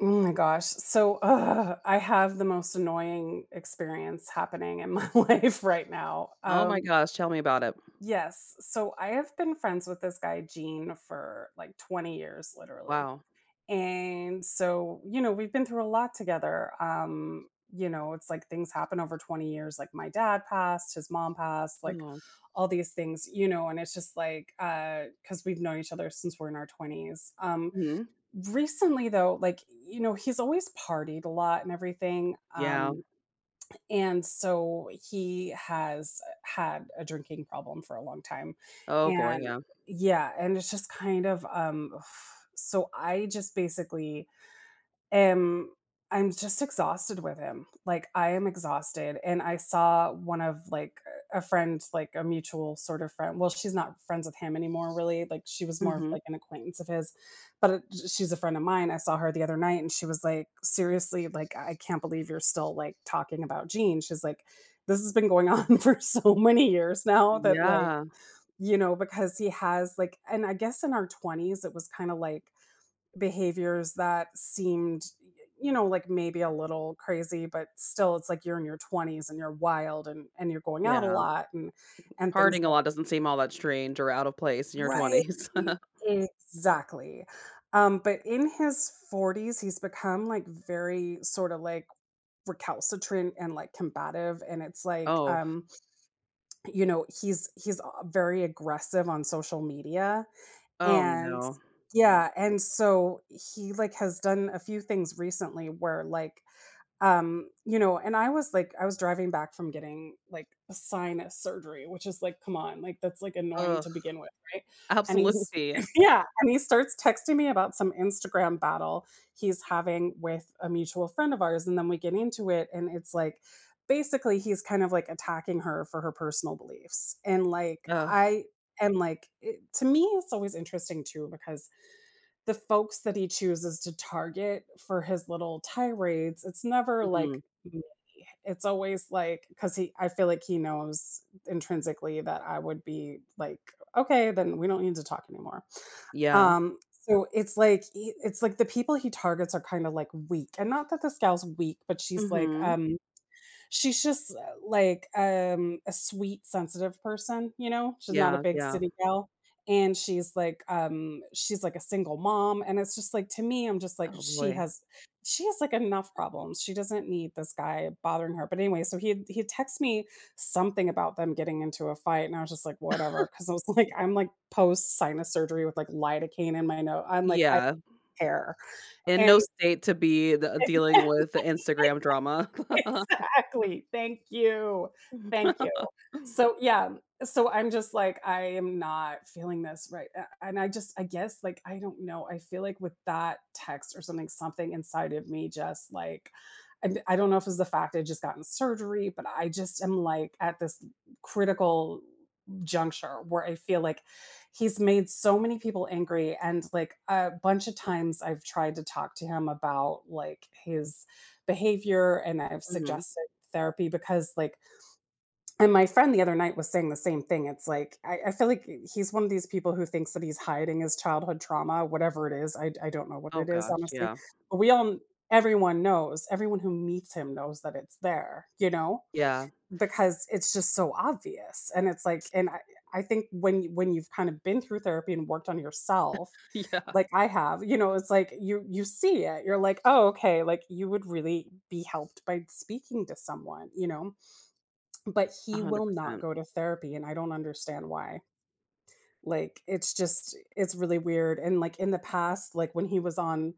Oh my gosh. So, I have the most annoying experience happening in my life right now. Oh my gosh, tell me about it. Yes. So, I have been friends with this guy, Gene, for like 20 years, literally. Wow. And so, we've been through a lot together. It's like things happen over 20 years. Like, my dad passed, his mom passed, like Oh, all these things, and it's just like, because we've known each other since we're in our 20s. Mhm. Recently though, he's always partied a lot and everything Yeah. um and so he has had a drinking problem for a long time, Oh boy, and yeah. yeah, and it's just kind of so i just basically am I'm just exhausted with him. Like I am exhausted, and I saw one of like a friend, a mutual sort of friend. Well, she's not friends with him anymore really. Like, she was more of Mhm. like an acquaintance of his, but she's a friend of mine. I saw her the other night, and she was like, "Seriously, like, I can't believe you're still like talking about Gene." She's like, "This has been going on for so many years now that Yeah, because he has like," and I guess in our 20s, it was kind of like behaviors that seemed, like maybe a little crazy, but still it's like you're in your 20s and you're wild and you're going out a yeah. lot and things Partying a like lot doesn't seem all that strange or out of place in your right, 20s. exactly. But in his 40s, he's become like very sort of like recalcitrant and like combative, and it's like, Oh, he's very aggressive on social media. oh And no. yeah, and so he, like, has done a few things recently where, like, and I was like, I was driving back from getting like a sinus surgery, which is like, come on, like, that's like annoying Ugh, to begin with, right? And he's absolutely. yeah, and he starts texting me about some Instagram battle he's having with a mutual friend of ours, and then we get into it, and it's like basically he's kind of like attacking her for her personal beliefs. And like Ugh, I am like it, to me it's always interesting too because the folks that he chooses to target for his little tirades, it's never like mhm. me. It's always like because he, I feel like he knows intrinsically that I would be like, okay, then we don't need to talk anymore. Yeah. So it's like, it's like the people he targets are kind of like weak, and not that this gal's weak, but she's like, Mhm. She's just, like, a sweet, sensitive person, you know? She's not a Yeah, big yeah. city gal, and she's, like, she's, like, a single mom, and it's just, like, to me, I'm just, like, Oh boy. She has, like, enough problems. She doesn't need this guy bothering her. But anyway, so he had me something about them getting into a fight, and I was just, like, whatever, because I was, like I'm, like, post sinus surgery with, like, lidocaine in my nose. I'm, like, I don't Yeah, care, in no and state to be the dealing with the Instagram drama. exactly, thank you, thank you. So, yeah. So I'm just like, I am not feeling this right. And I just, I guess, like, I don't know. I feel like with that text or something, something inside of me just like, I don't know if it's the fact I just gotten surgery, but I just am like at this critical juncture where I feel like he's made so many people angry. And like, a bunch of times I've tried to talk to him about like his behavior, and I've Mhm. suggested therapy because like, and my friend the other night was saying the same thing. It's like I feel like he's one of these people who thinks that he's hiding his childhood trauma, whatever it is. I don't know what Oh it is, gosh, honestly. yeah. But everyone knows, everyone who meets him knows that it's there, you know, Yeah. because it's just so obvious. And it's like, I think when you've kind of been through therapy and worked on yourself, Yeah, like I have, you know, it's like you see it. You're like, oh, okay, like, you would really be helped by speaking to someone, you know, but he 100%. will not percent go to therapy, and I don't understand why. Like, it's just it's really weird, and, like, in the past, like, when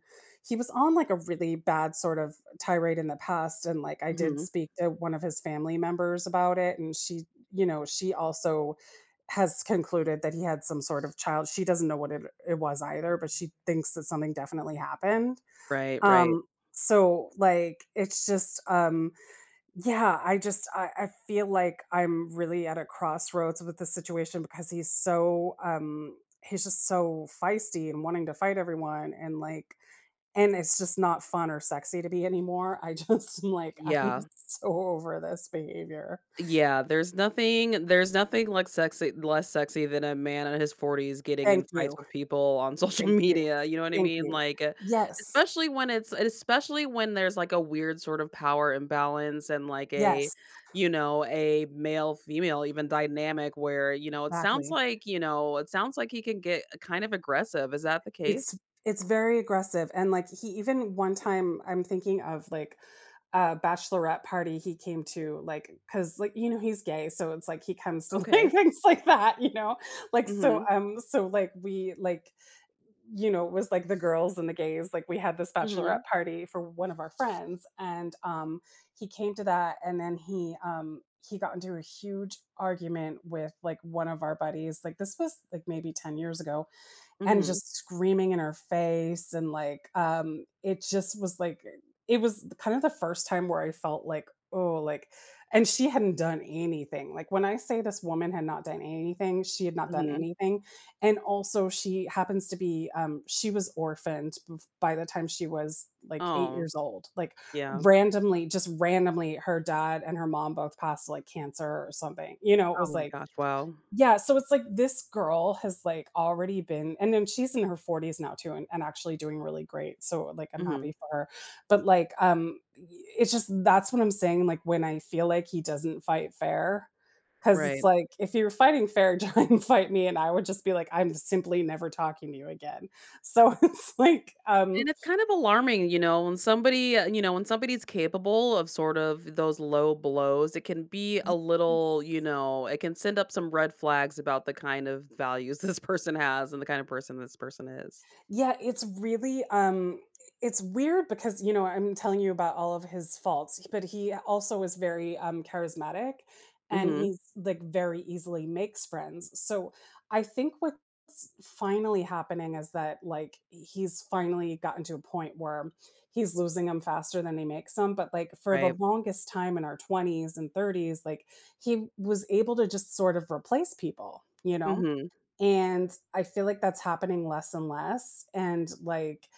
he was on, like, a really bad sort of tirade in the past, and, like, I did Mm-hmm. speak to one of his family members about it, and she she also has concluded that he had some sort of child, she doesn't know what it was either, but she thinks that something definitely happened. Right, right. Um, so, like, it's just, yeah, I just I feel like I'm really at a crossroads with the situation because he's so he's just so feisty and wanting to fight everyone and like, and it's just not fun or sexy to be anymore. I just am like, I'm Yeah. so over this behavior. Yeah, there's nothing like sexy less sexy than a man in his 40s getting in Thank fights you. with people on social Thank you. media, you know what I Thank mean? you. Like, Yes. Especially when there's, like, a weird sort of power imbalance and, like, a Yes, you know, a male-female even dynamic where, you know, it sounds exactly. like, you know, it sounds like he can get kind of aggressive. Is that the case? It's very aggressive, and, like, he even one time I'm thinking of, like, a bachelorette party he came to, like, because like, you know, he's gay, so it's like he comes to, like, Okay. things like that, you know? Like, so, Mhm. So, like, we, like, you know, it was, like, the girls and the gays, like, we had this Mhm. bachelorette party for one of our friends, and, he came to that, and then he got into a huge argument with, like, one of our buddies, like, this was, like, maybe 10 years ago, and Mhm. just screaming in her face and, like, it just was, like, it was kind of the first time where I felt like, "Oh," like, and she hadn't done anything, like, when I say this woman had not done anything, she had not done Mhm. anything, and also she happens to be, she was orphaned bef by the time she was, like, 8 Oh, years old, like, yeah. randomly, just randomly, her dad and her mom both passed, like, cancer or something, you know, it was Oh my like, gosh, wow. yeah, so it's like this girl has, like, already been, and then she's in her 40s now too, and actually doing really great, so, like, I'm Mhm. happy for her, but, like, y it's just that's what I'm saying, like, when I feel like he doesn't fight fair, because it's Right. like, if you're fighting fair, try and fight me, and I would just be like, "I'm simply never talking to you again." So it's like, And it's kind of alarming, you know, when somebody's capable of sort of those low blows. It can be a little, yes. you know, It can send up some red flags about the kind of values this person has and the kind of person this person is. Yeah, it's really, it's weird because, you know, I'm telling you about all of his faults, but he also is very, charismatic, and Mhm. he's, like, very easily makes friends. So, I think what's finally happening is that, like, he's finally gotten to a point where he's losing them faster than he makes 'em, but, like, for the Right. longest time in our 20s and 30s, like, he was able to just sort of replace people, you know? Mhm. And I feel like that's happening less and less, and, like,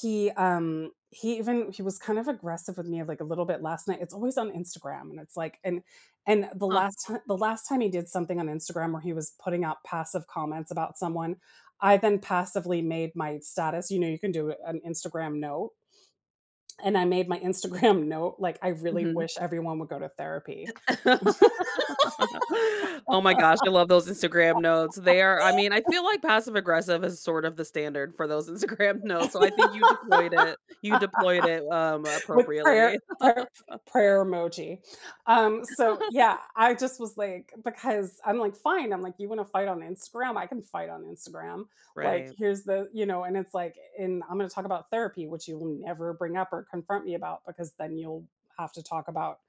he even he was kind of aggressive with me, like, a little bit last night, it's always on Instagram, and it's like, and Huh. The last time he did something on Instagram where he was putting out passive comments about someone, I then passively made my status, you know, you can do an Instagram note, and I made my Instagram note, like, "I really Mhm. wish everyone would go to therapy." Oh my gosh, I love those Instagram notes. They are I mean, I feel like passive aggressive is sort of the standard for those Instagram notes, so I think you deployed it, With prayer, appropriately. prayer emoji. So yeah, I just was like because I'm like, "Fine," I'm like, "You wanna fight on Instagram? I can fight on Instagram." Like, Right. here's the you know, and it's like, and I'm gonna talk about therapy, which you will never bring up or confront me about because then you'll have to talk about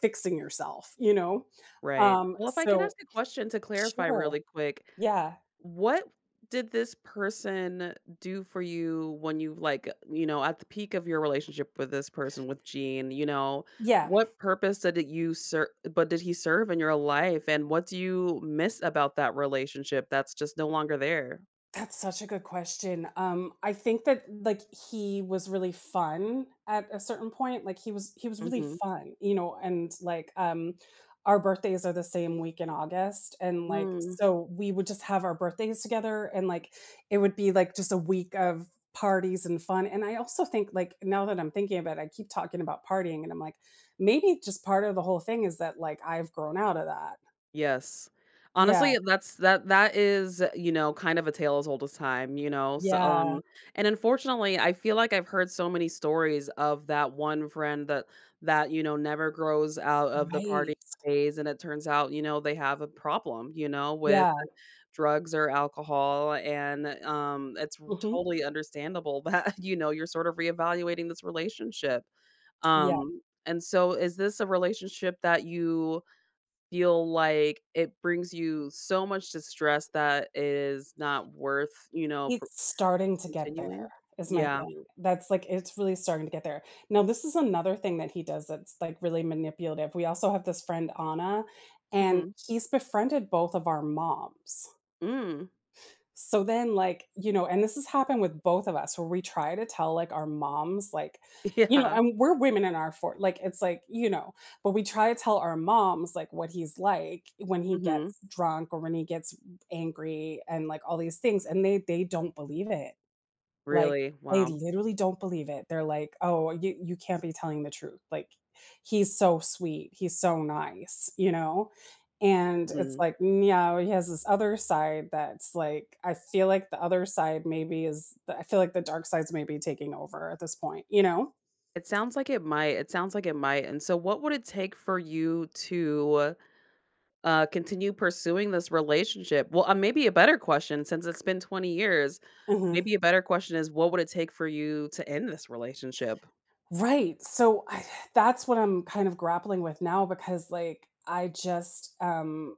fixing yourself, you know? Right. Um, Well, if I can so ask a question to clarify Sure. really quick, Yeah. what did this person do for you when you like, you know, at the peak of your relationship with this person with Gene, you know, Yeah. what purpose did it you serve but did he serve in your life and what do you miss about that relationship that's just no longer there? That's such a good question. I think that like he was really fun at a certain point. Like he was really Mhm. fun, you know, and like, our birthdays are the same week in August, and like Mm. so we would just have our birthdays together, and like it would be like just a week of parties and fun. And I also think like now that I'm thinking about it, I keep talking about partying, and I'm like maybe just part of the whole thing is that like I've grown out of that. Yes. Yeah. Honestly, that is, you know, kind of a tale as old as time, you know? So, Yeah. And unfortunately, I feel like I've heard so many stories of that one friend that never grows out of the party Right. phase, and it turns out, they have a problem, with Yeah. drugs or alcohol, and, it's r Mhm. totally understandable that, you know, you're sort of reevaluating this relationship. Yeah. Um, and so is this a relationship that you feel like it brings you so much distress that it is not worth, you know, pr It's starting to get there, continuing? is my Yeah. thing. That's, like, it's really starting to get there. Now, this is another thing that he does that's, like, really manipulative. We also have this friend, Anna, and Mhm. he's befriended both of our moms. Mm. So then, like, you know, and this has happened with both of us where we try to tell, like, our moms, like, you know, Yeah. and we're women in our fort, like, it's like, you know, but we try to tell our moms, like, what he's like when he Mhm. gets drunk or when he gets angry and, like, all these things, and they don't believe it. Like, Really? they Wow. literally don't believe it. They're like, "Oh, you can't be telling the truth. Like, he's so sweet. He's so nice," you know? And it's Mm. like, "Mm, yeah, he has this other side that's like I feel like the other side maybe is I feel like the dark side's maybe taking over at this point," you know? It sounds like it might. It sounds like it might, and so what would it take for you to continue pursuing this relationship? Well, maybe a better question, since it's been 20 years, Mhm. maybe a better question is what would it take for you to end this relationship? Right. So I that's what I'm kind of grappling with now because, like, I just,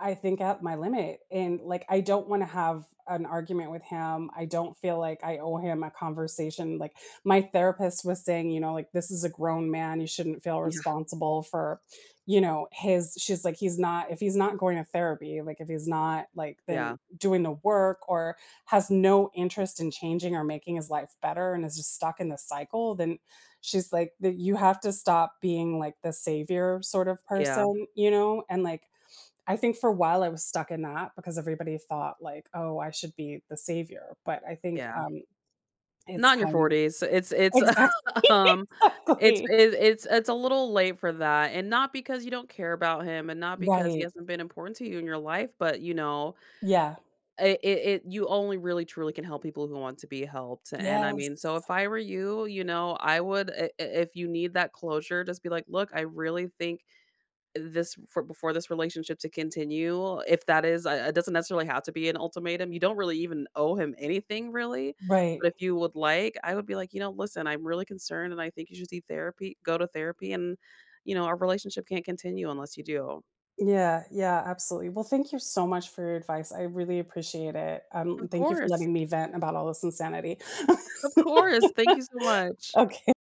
I think at my limit, and, like, I don't wanna have an argument with him, I don't feel like I owe him a conversation, like, my therapist was saying, you know, like, "This is a grown man, you shouldn't feel Yeah, responsible for, you know, his" she's like, "He's not if he's not going to therapy, like, if he's not, like, then yeah, doing the work or has no interest in changing or making his life better and is just stuck in the cycle, then" she's like, that you have to stop being, like, the savior sort of yeah, person," you know, and, like, I think for a while I was stuck in that because everybody thought like, "Oh, I should be the savior," but I think, yeah. It's Not in your kind of 40s. It's exactly, Um, it's exactly. it it's a little late for that, and not because you don't care about him, and not because he Right. hasn't been important to you in your life, but, you know, Yeah. it you only really truly can help people who want to be helped, and I Yes. mean, so if I were you, you know, I would I if you need that closure, just be like, "Look, I really think this for before this relationship to continue, if that is it doesn't necessarily have to be an ultimatum. You don't really even owe him anything really, but Right. if you would like, I would be like, "You know, listen, I'm really concerned and I think you should see therapy go to therapy and, our relationship can't continue unless you do." Yeah, yeah, absolutely. Well, thank you so much for your advice. I really appreciate it. Of Thank you for course. letting me vent about all this insanity. Of course. Thank you so much. Okay.